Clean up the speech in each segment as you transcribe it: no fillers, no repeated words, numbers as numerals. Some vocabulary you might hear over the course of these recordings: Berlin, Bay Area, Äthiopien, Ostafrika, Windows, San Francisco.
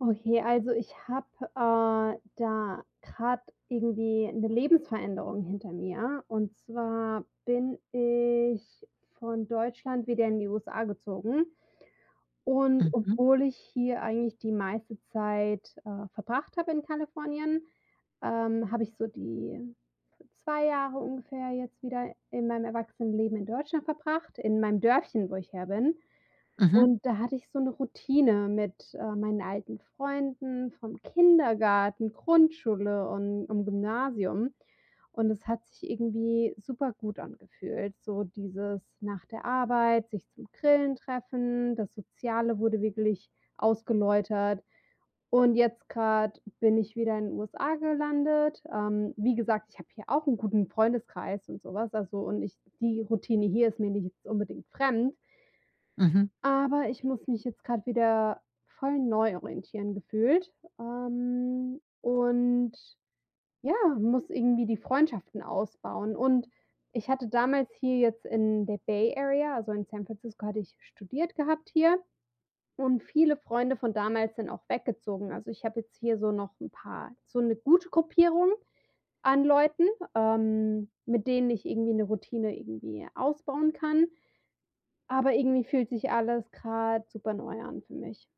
Okay, also ich habe, da gerade irgendwie eine Lebensveränderung hinter mir. Und zwar bin ich von Deutschland wieder in die USA gezogen. Und Mhm, obwohl ich hier eigentlich die meiste Zeit, verbracht habe in Kalifornien, habe ich so die 2 Jahre ungefähr jetzt wieder in meinem Erwachsenenleben in Deutschland verbracht, in meinem Dörfchen, wo ich her bin. mhm, Und da hatte ich so 'ne Routine mit, meinen alten Freunden vom Kindergarten, Grundschule und Gymnasium. Und es hat sich irgendwie supergut angefühlt, so dieses nach der Arbeit sich zum Grillen treffen, das Soziale wurde wirklich ausgeläutert. Und jetzt grad bin ich wieder in den USA gelandet. Wie gesagt, ich habe hier auch 'n guten Freundeskreis und so was, also und ich die Routine hier ist mir nicht unbedingt fremd. mhm. Aber ich muss mich jetzt gerade wieder voll neu orientieren gefühlt, und ja, muss irgendwie die Freundschaften ausbauen. Und ich hatte damals hier jetzt in der Bay Area, also in San Francisco hatte ich studiert gehabt hier und viele Freunde von damals sind auch weggezogen. Also, ich habe jetzt hier so noch ein paar so eine gute Gruppierung an Leuten, mit denen ich irgendwie eine Routine irgendwie ausbauen kann, aber irgendwie fühlt sich alles gerade super neu an für mich.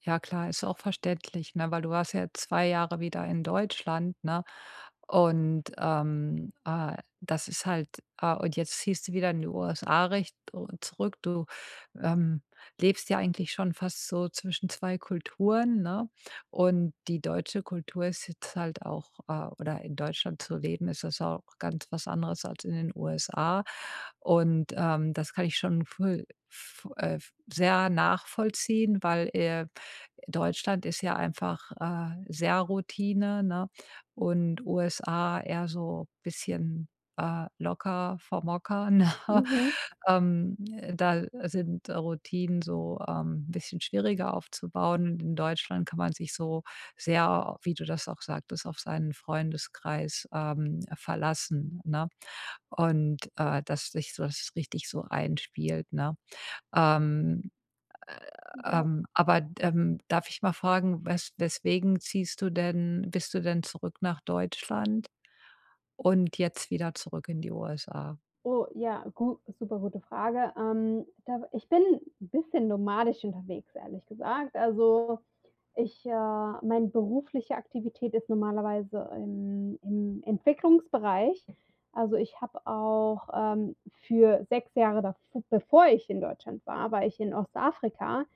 Ja klar, ist auch verständlich, ne, weil du warst ja 2 Jahre wieder in Deutschland, ne? Das ist halt und jetzt ziehst du wieder in die USA recht o zurück. Ähm, Lebst ja eigentlich schon fast so zwischen 2 Kulturen, ne? Und die deutsche Kultur ist jetzt halt auch oder in Deutschland zu leben, ist das auch ganz was anderes als in den USA. Das kann ich schon voll f f sehr nachvollziehen, weil Deutschland ist ja einfach, sehr Routine, ne? Und USA eher so bisschen, locker vom Hocker, ne? Mhm. Ähm, Da sind Routinen so, ein bisschen schwieriger aufzubauen. Und in Deutschland kann man sich so sehr, wie du das auch sagtest, auf seinen Freundeskreis, verlassen, ne? Und dass sich so das richtig so einspielt, ne? Ähm Ja. aber darf ich mal fragen, weswegen ziehst du denn zurück nach Deutschland und jetzt wieder zurück in die USA? Oh ja, gu super gute Frage. Da ich bin 'n bisschen nomadisch unterwegs, ehrlich gesagt. Also, ich, meine berufliche Aktivität ist normalerweise im Entwicklungsbereich. Also, ich habe auch, für 6 Jahre dav bevor ich in Deutschland war, war ich in Ostafrika.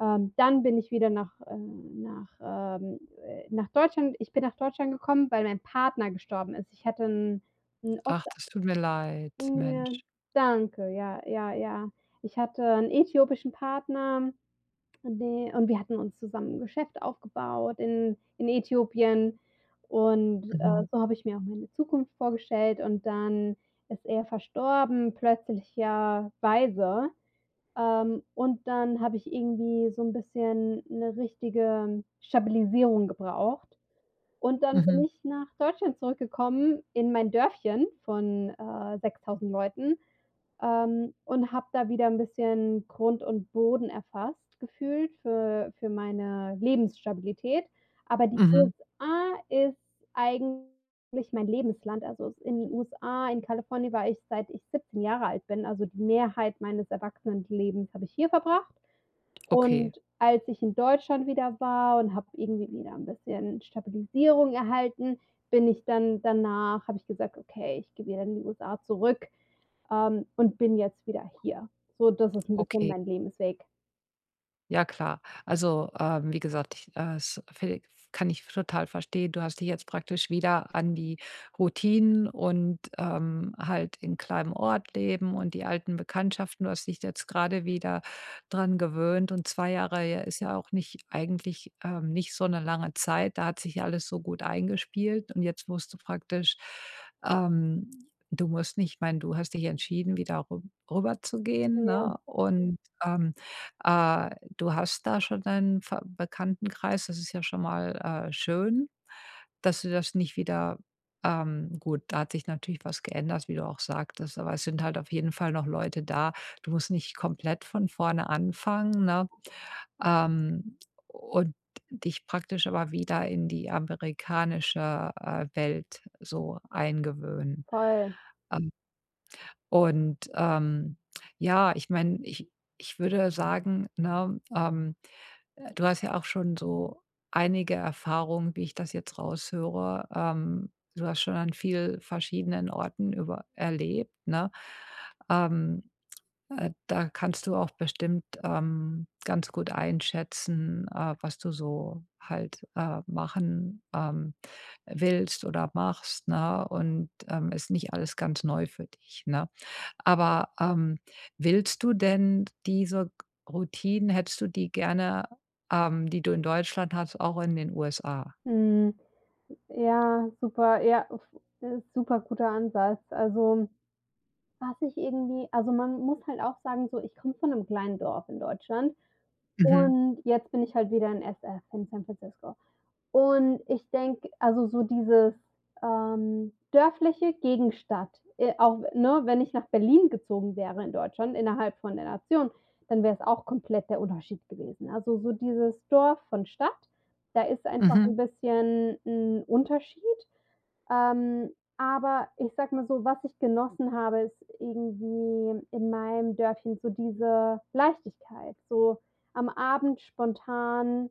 Dann bin ich wieder nach, ähm, nach Deutschland ich bin nach Deutschland gekommen, weil mein Partner gestorben ist. Ich hatte 'n 'n Ach, Ost das tut mir leid, ja, Mensch. danke. Ja, ja, ja. Ich hatte 'n äthiopischen Partner, de und wir hatten uns zusammen 'n Geschäft aufgebaut in Äthiopien und, Mhm, so habe ich mir auch meine Zukunft vorgestellt und dann ist er verstorben, plötzlicherweise. Und dann habe ich irgendwie so 'n bisschen 'ne richtige Stabilisierung gebraucht. Und dann bin mhm, ich nach Deutschland zurückgekommen in mein Dörfchen von, 6.000 Leuten, und habe da wieder ein bisschen Grund und Boden erfasst gefühlt für meine Lebensstabilität. Aber die mhm. USA ist eigentlich mein Lebensland. Also, es in den USA in Kalifornien war ich, seit ich 17 Jahre alt bin. Also, die Mehrheit meines Erwachsenenlebens habe ich hier verbracht. Okay, Und als ich in Deutschland wieder war und habe irgendwie wieder ein bisschen Stabilisierung erhalten, bin ich dann danach habe ich gesagt: „Okay, ich gehe wieder in die USA zurück.“ Und bin jetzt wieder hier. So, das ist 'n bisschen okay. mein Lebensweg. Ja klar. Also, wie gesagt, ich, es fe kann ich total verstehen. Du hast dich jetzt praktisch wieder an die Routinen und, halt in kleinem Ort leben und die alten Bekanntschaften. Du hast dich jetzt gerade wieder dran gewöhnt und 2 Jahre ja ist ja auch nicht eigentlich, nicht so eine lange Zeit. Da hat sich ja alles so gut eingespielt und jetzt musst du praktisch, ähm du musst nicht, ich meine, du hast dich entschieden, wieder rü rüber zu gehen, Ja, ne? Und, ähm äh, du hast da schon deinen Ver Bekanntenkreis, das ist ja schon mal, schön, dass du das nicht wieder gut, da hat sich natürlich was geändert, wie du auch sagtest, aber es sind halt auf jeden Fall noch Leute da. Du musst nicht komplett von vorne anfangen, ne? Ähm, und dich praktisch aber wieder in die amerikanische, Welt so eingewöhnen. voll. Und ja, ich meine, ich würde sagen, ne, du hast ja auch schon so einige Erfahrungen, wie ich das jetzt raushöre. Du hast schon an viel verschiedenen Orten über erlebt, ne? Ähm, Da kannst du auch bestimmt, ganz gut einschätzen, was du so halt, machen, willst oder machst, ne? Und ist nicht alles ganz neu für dich, ne? Aber willst du denn diese Routinen hättest du die gerne, die du in Deutschland hast, auch in den USA? Mhm. Ja, super. Ja, f super guter Ansatz. Also, was ich irgendwie also, man muss halt auch sagen, so, ich komme von 'nem kleinen Dorf in Deutschland Mhm, und jetzt bin ich halt wieder in SF in San Francisco. Und ich denke, also so dieses, dörfliche gegenstadt auch, ne, wenn ich nach Berlin gezogen wäre in Deutschland, innerhalb von der Nation, dann wäre es auch komplett der Unterschied gewesen. Also so dieses Dorf von Stadt, da ist einfach mhm, 'n bisschen 'n Unterschied. Ähm, aber ich sage mal so, was ich genossen habe, ist irgendwie in meinem Dörfchen so diese Leichtigkeit, so am Abend spontan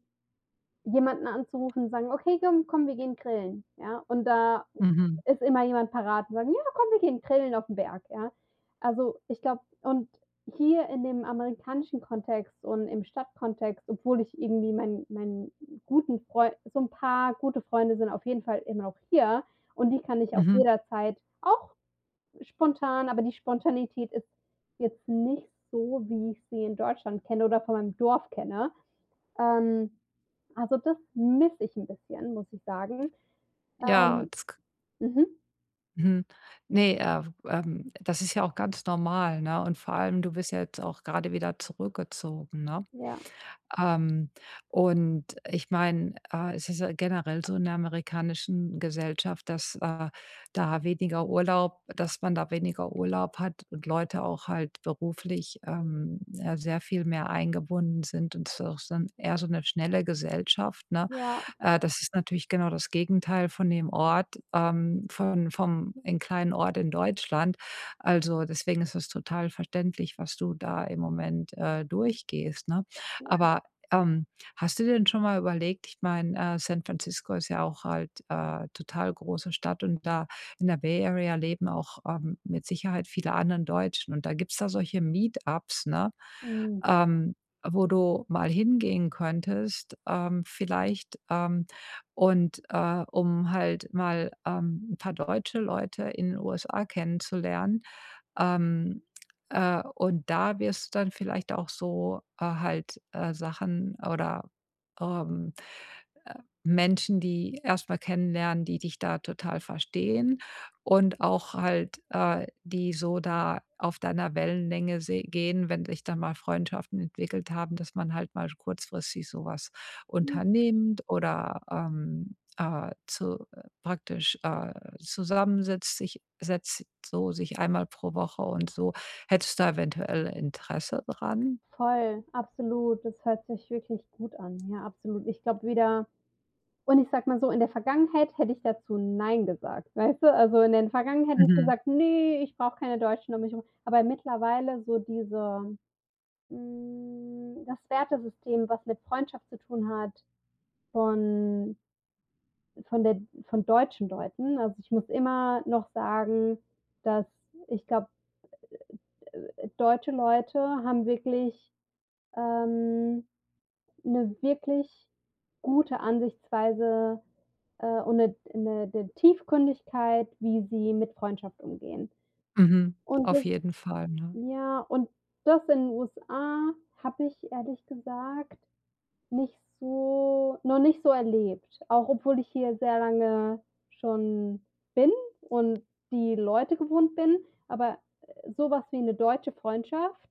jemanden anzurufen und sagen: „Okay, komm, wir gehen grillen“, ja? Und da mhm, ist immer jemand parat und sagen: „Ja, komm, wir gehen grillen auf aufm Berg“, ja? Also, ich glaube und hier in dem amerikanischen Kontext und im Stadtkontext, obwohl ich irgendwie meinen guten Freu so ein paar gute Freunde sind auf jeden Fall immer noch hier und die kann ich auch mhm. jederzeit auch spontan aber die Spontanität ist jetzt nicht so, wie ich sie in Deutschland kenne oder von meinem Dorf kenne. Ähm, also, das misse ich 'n bisschen, muss ich sagen. Ja, Ähm, das k mhm, mhm. Ne, Das ist ja auch ganz normal, ne? Und vor allem, du bist ja jetzt auch gerade wieder zurückgezogen, ne? ja. Ähm, und ich meine, es ist ja generell so in der amerikanischen Gesellschaft, dass, da weniger Urlaub dass man da weniger Urlaub hat und Leute auch halt beruflich, ja, sehr viel mehr eingebunden sind und es ist auch so 'n eher so eine schnelle Gesellschaft, ne? Ja, Das ist natürlich genau das Gegenteil von dem Ort, von vom in kleinen Ort in Deutschland. Also, deswegen ist es total verständlich, was du da im Moment, durchgehst, ne? ja. Aber ähm, hast du dir denn schon mal überlegt, ich meine, San Francisco ist ja auch halt, total große Stadt und da in der Bay Area leben auch, mit Sicherheit viele anderen Deutschen und da gibt's da solche Meetups, ne, Mhm. ähm, wo du mal hingehen könntest, um halt mal, 'n paar deutsche Leute in den USA kennenzulernen. Ähm, und da wirst du dann vielleicht auch so, halt, Sachen oder, ähm äh, Menschen, die erstmal kennenlernen, die dich da total verstehen und auch halt, die so da auf deiner Wellenlänge se gehen, wenn sich dann mal Freundschaften entwickelt haben, dass man halt mal kurzfristig so was Mhm. unternimmt oder, zu praktisch, zusammensetzt, sich setzt so sich einmal pro Woche und so. Hättest du da eventuell Interesse dran? Voll, absolut. Das hört sich wirklich gut an. Ja, absolut. Ich glaube wieder und ich sage mal so, in der Vergangenheit hätte ich dazu „Nein“ gesagt, weißt du? Also, in der Vergangenheit hätte ich Mhm. gesagt: „Ne, ich brauche keine Deutschen um mich rum.“ Aber mittlerweile so diese das Wertesystem, was mit Freundschaft zu tun hat, von von der von deutschen Leuten. Also, ich muss immer noch sagen, dass ich glaube, deutsche Leute haben wirklich, ähm, 'ne wirklich gute Ansichtsweise, und eine 'ne Tiefgründigkeit, wie sie mit Freundschaft umgehen. Mhm. Und Auf das jeden Fall, ne? ja, und das in den USA habe ich ehrlich gesagt nicht so noch nicht so erlebt, auch obwohl ich hier sehr lange schon bin und die Leute gewohnt bin, aber, so wie 'ne deutsche Freundschaft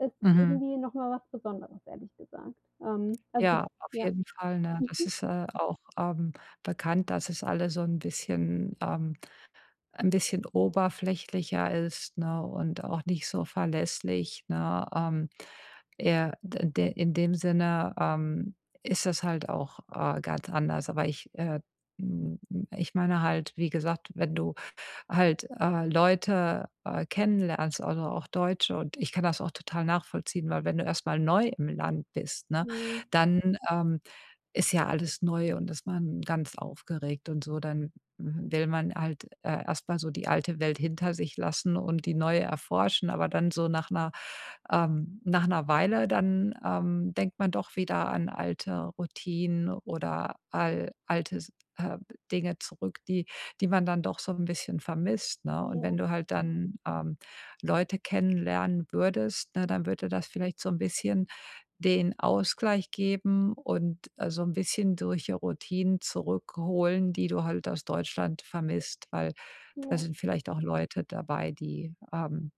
ist Mhm. irgendwie noch mal was Besonderes, ehrlich gesagt. Also Ja, auf ja. jeden Fall, ne? Das Mhm. ist, äh, auch, ähm, bekannt, dass es alles so ein bisschen 'n bisschen oberflächlicher ist, ne, und auch nicht so verlässlich, ne? Eher d de in dem Sinne, ist das halt auch, ganz anders. Aber hm, ich meine halt, wie gesagt, wenn du halt, Leute, kennenlernst, also auch Deutsche. Und ich kann das auch total nachvollziehen, weil wenn du erstmal neu im Land bist, ne, Mhm. dann ist ja alles neu und ist man ganz aufgeregt und so, dann mhm, will man halt, erst so die alte Welt hinter sich lassen und die neue erforschen, aber dann nach einer Weile dann, denkt man doch wieder an alte Routinen oder al alte s äh, Dinge zurück, die die man dann doch so ein bisschen vermisst, ne? Und wenn Ja, du halt dann, Leute kennenlernen würdest, ne, dann würde das vielleicht so ein bisschen den Ausgleich geben und, so ein bisschen durch die Routinen zurückholen, die du halt aus Deutschland vermisst, weil da ja. sind vielleicht auch Leute dabei, die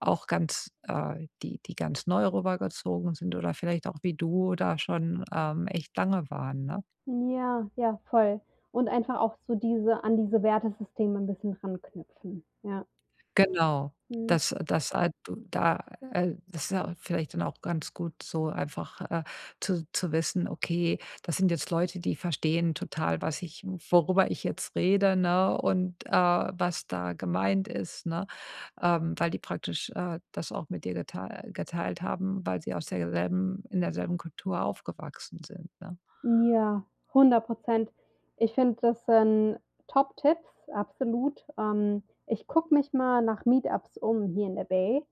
auch ganz die ganz neu rübergezogen sind oder vielleicht auch wie du da schon, echt lange waren, ne? Ja, ja, voll. Und einfach auch so diese an diese Wertesysteme 'n bisschen ranknüpfen, ja. Genau. Mhm. Das halt du da das ist ja auch vielleicht dann auch ganz gut so einfach, zu wissen: „Okay, das sind jetzt Leute, die verstehen total, was ich worüber ich jetzt rede, ne, und, was da gemeint ist“, ne? Weil die praktisch, das auch mit dir geteilt haben, weil sie aus derselben in derselben Kultur aufgewachsen sind, ne? Ja, 100%. Ich finde, das sind Top-Tipps, absolut. Ich gucke mich mal nach Meetups um hier in der Bay,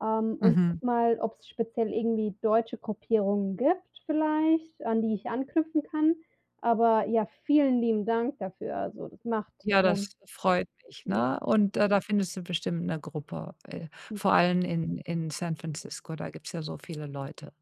und Mhm. gucke mal, ob es speziell irgendwie deutsche Gruppierungen gibt vielleicht, an die ich anknüpfen kann. Aber ja, vielen lieben Dank dafür. Also, das macht Ja, das freut mich, ja. ne? Und da findest du bestimmt 'ne Gruppe, vor allem in San Francisco, da gibt's ja so viele Leute.